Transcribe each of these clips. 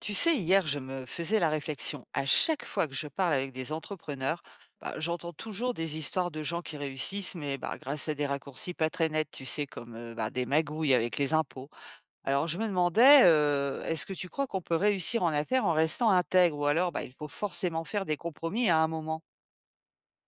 Tu sais, hier, je me faisais la réflexion. À chaque fois que je parle avec des entrepreneurs, bah, j'entends toujours des histoires de gens qui réussissent, mais bah, grâce à des raccourcis pas très nets, tu sais, comme des magouilles avec les impôts. Alors, je me demandais, est-ce que tu crois qu'on peut réussir en affaires en restant intègre, ou alors bah, il faut forcément faire des compromis à un moment?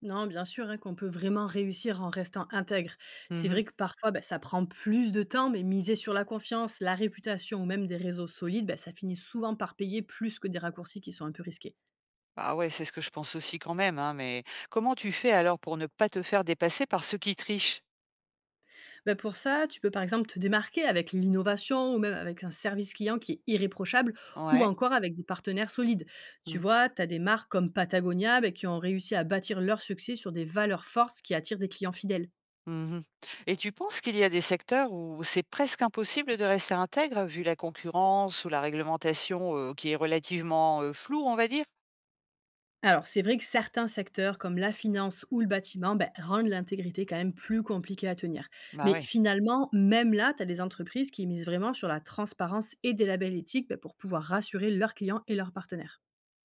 Non, bien sûr, hein, qu'on peut vraiment réussir en restant intègre. C'est Mhm. vrai que parfois, bah, ça prend plus de temps, mais miser sur la confiance, la réputation ou même des réseaux solides, bah, ça finit souvent par payer plus que des raccourcis qui sont un peu risqués. Bah ouais, c'est ce que je pense aussi quand même, hein, mais comment tu fais alors pour ne pas te faire dépasser par ceux qui trichent? Bah, pour ça, tu peux par exemple te démarquer avec l'innovation ou même avec un service client qui est irréprochable ou Ouais. encore avec des partenaires solides. Tu vois, tu as des marques comme Patagonia, bah, qui ont réussi à bâtir leur succès sur des valeurs fortes qui attirent des clients fidèles. Mmh, et tu penses qu'il y a des secteurs où c'est presque impossible de rester intègre vu la concurrence ou la réglementation, qui est relativement floue, on va dire? Alors, c'est vrai que certains secteurs comme la finance ou le bâtiment, ben, rendent l'intégrité quand même plus compliquée à tenir. Bah, Mais ouais. finalement, même là, tu as des entreprises qui misent vraiment sur la transparence et des labels éthiques, ben, pour pouvoir rassurer leurs clients et leurs partenaires.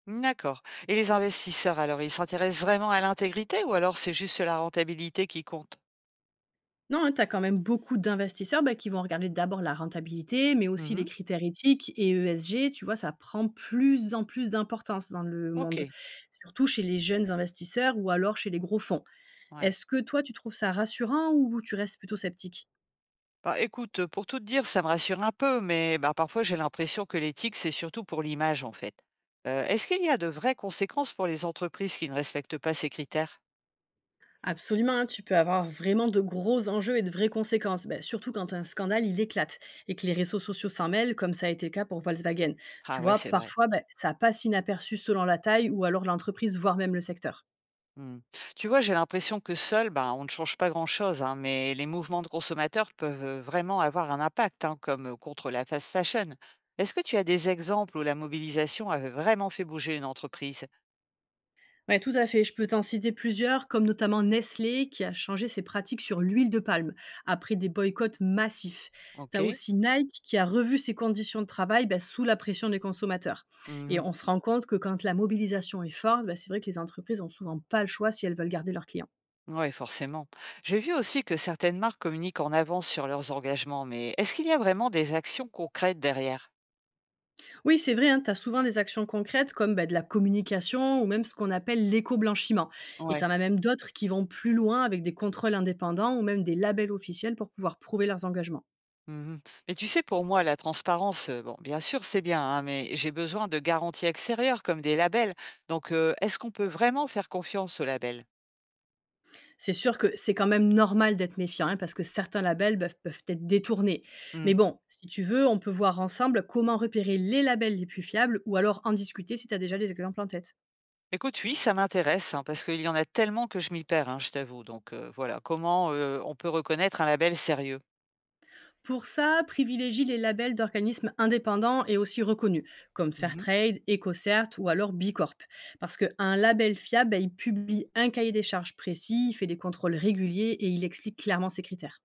D'accord, et les investisseurs alors, ils s'intéressent vraiment à l'intégrité ou alors c'est juste la rentabilité qui compte? Non, tu as quand même beaucoup d'investisseurs, ben, qui vont regarder d'abord la rentabilité, mais aussi les Mmh. critères éthiques et ESG. Tu vois, ça prend plus en plus d'importance dans le monde, OK, surtout chez les jeunes investisseurs ou alors chez les gros fonds. ouais. Est-ce que toi, tu trouves ça rassurant ou tu restes plutôt sceptique? Bah, écoute, pour tout te dire, ça me rassure un peu mais bah, parfois j'ai l'impression que l'éthique, c'est surtout pour l'image, en fait. Est-ce qu'il y a de vraies conséquences pour les entreprises qui ne respectent pas ces critères? Absolument, hein, tu peux avoir vraiment de gros enjeux et de vraies conséquences, ben, surtout quand un scandale il éclate et que les réseaux sociaux s'en mêlent, comme ça a été le cas pour Volkswagen. Ah Tu ouais, vois, c'est vrai. parfois, ben, ça passe inaperçu selon la taille ou alors l'entreprise, voire même le secteur. Mmh. Tu vois, j'ai l'impression que seul, bah, on ne change pas grand-chose, hein, mais les mouvements de consommateurs peuvent vraiment avoir un impact, hein, comme contre la fast fashion. Est-ce que tu as des exemples où la mobilisation avait vraiment fait bouger une entreprise? Ouais, tout à fait. Je peux t'en citer plusieurs, comme notamment Nestlé, qui a changé ses pratiques sur l'huile de palme après des boycotts massifs. Tu as Ok. aussi Nike qui a revu ses conditions de travail, bah, sous la pression des consommateurs. Et Mhm. on se rend compte que quand la mobilisation est forte, bah, c'est vrai que les entreprises n'ont souvent pas le choix si elles veulent garder leurs clients. Ouais, forcément. J'ai vu aussi que certaines marques communiquent en avance sur leurs engagements, mais est-ce qu'il y a vraiment des actions concrètes derrière? Oui, c'est vrai, tu as souvent des actions concrètes comme, bah, de la communication ou même ce qu'on appelle l'éco-blanchiment. Et tu Ouais. en as même d'autres qui vont plus loin avec des contrôles indépendants ou même des labels officiels pour pouvoir prouver leurs engagements. Mmh. Mais tu sais, pour moi, la transparence, bon, bien sûr, c'est bien, hein, mais j'ai besoin de garanties extérieures comme des labels. Donc, est-ce qu'on peut vraiment faire confiance aux labels? C'est sûr que c'est quand même normal d'être méfiant, hein, parce que certains labels peuvent être détournés. Mmh. Mais bon, si tu veux, on peut voir ensemble comment repérer les labels les plus fiables ou alors en discuter si tu as déjà des exemples en tête. Écoute, oui, ça m'intéresse, hein, parce qu'il y en a tellement que je m'y perds, hein, je t'avoue. Donc, voilà, comment on peut reconnaître un label sérieux? Pour ça, privilégie les labels d'organismes indépendants et aussi reconnus, comme Mmh. Fairtrade, EcoCert ou alors Bicorp. Parce qu'un label fiable, ben, il publie un cahier des charges précis, il fait des contrôles réguliers et il explique clairement ses critères.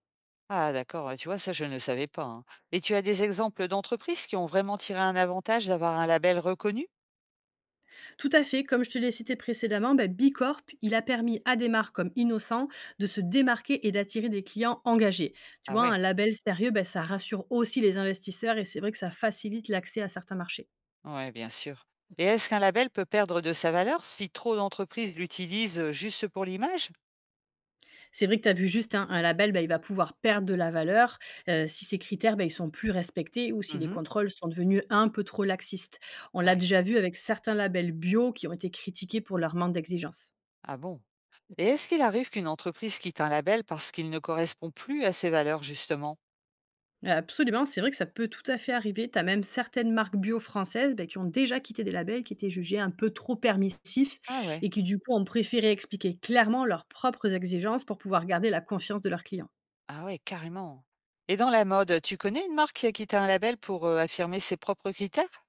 Ah d'accord, ouais, tu vois, ça, je ne le savais pas, hein. Et tu as des exemples d'entreprises qui ont vraiment tiré un avantage d'avoir un label reconnu? Tout à fait, comme je te l'ai cité précédemment, bah, B Corp, il a permis à des marques comme Innocent de se démarquer et d'attirer des clients engagés. Tu Ah vois, un ouais. label sérieux, bah, ça rassure aussi les investisseurs et c'est vrai que ça facilite l'accès à certains marchés. Ouais, bien sûr. Et est-ce qu'un label peut perdre de sa valeur si trop d'entreprises l'utilisent juste pour l'image? C'est vrai que tu as vu juste, hein, un label, bah, il va pouvoir perdre de la valeur, si ses critères, bah, ils sont plus respectés ou si les Mhm. contrôles sont devenus un peu trop laxistes. On l'a Ouais. déjà vu avec certains labels bio qui ont été critiqués pour leur manque d'exigence. Ah bon? Et est-ce qu'il arrive qu'une entreprise quitte un label parce qu'il ne correspond plus à ses valeurs, justement? Absolument, c'est vrai que ça peut tout à fait arriver. Tu as même certaines marques bio françaises, bah, qui ont déjà quitté des labels qui étaient jugés un peu trop permissifs Ah ouais. et qui, du coup, ont préféré expliquer clairement leurs propres exigences pour pouvoir garder la confiance de leurs clients. Ah ouais, carrément. Et dans la mode, tu connais une marque qui a quitté un label pour affirmer ses propres critères?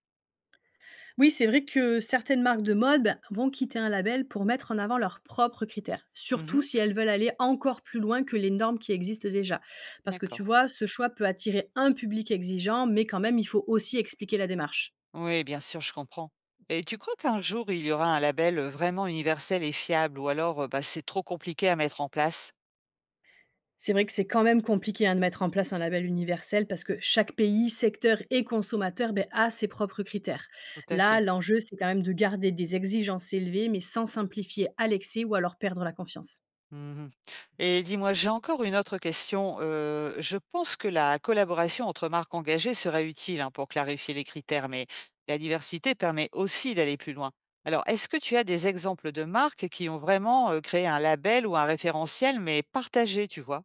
Oui, c'est vrai que certaines marques de mode, bah, vont quitter un label pour mettre en avant leurs propres critères, surtout Mhm. si elles veulent aller encore plus loin que les normes qui existent déjà. Parce que tu D'accord. vois, ce choix peut attirer un public exigeant, mais quand même, il faut aussi expliquer la démarche. Oui, bien sûr, je comprends. Et tu crois qu'un jour, il y aura un label vraiment universel et fiable, ou alors bah, c'est trop compliqué à mettre en place? C'est vrai que c'est quand même compliqué, hein, de mettre en place un label universel parce que chaque pays, secteur et consommateur, beh, a ses propres critères. Tout à Là, fait. l'enjeu, c'est quand même de garder des exigences élevées, mais sans simplifier à l'excès ou alors perdre la confiance. Mmh, et dis-moi, j'ai encore une autre question. Je pense que la collaboration entre marques engagées serait utile, hein, pour clarifier les critères, mais la diversité permet aussi d'aller plus loin. Alors, est-ce que tu as des exemples de marques qui ont vraiment, créé un label ou un référentiel, mais partagé, tu vois?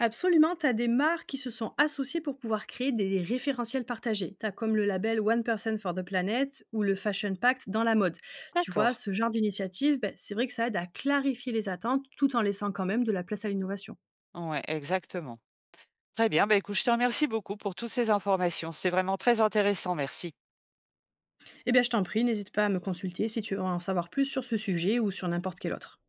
Absolument, tu as des marques qui se sont associées pour pouvoir créer des référentiels partagés. Tu as comme le label One Person for the Planet ou le Fashion Pact dans la mode. Tu vois, D'accord. ce genre d'initiative, ben, c'est vrai que ça aide à clarifier les attentes tout en laissant quand même de la place à l'innovation. Ouais, exactement. Très bien, bah, écoute, je te remercie beaucoup pour toutes ces informations. C'est vraiment très intéressant, merci. Eh bien, je t'en prie, n'hésite pas à me consulter si tu veux en savoir plus sur ce sujet ou sur n'importe quel autre.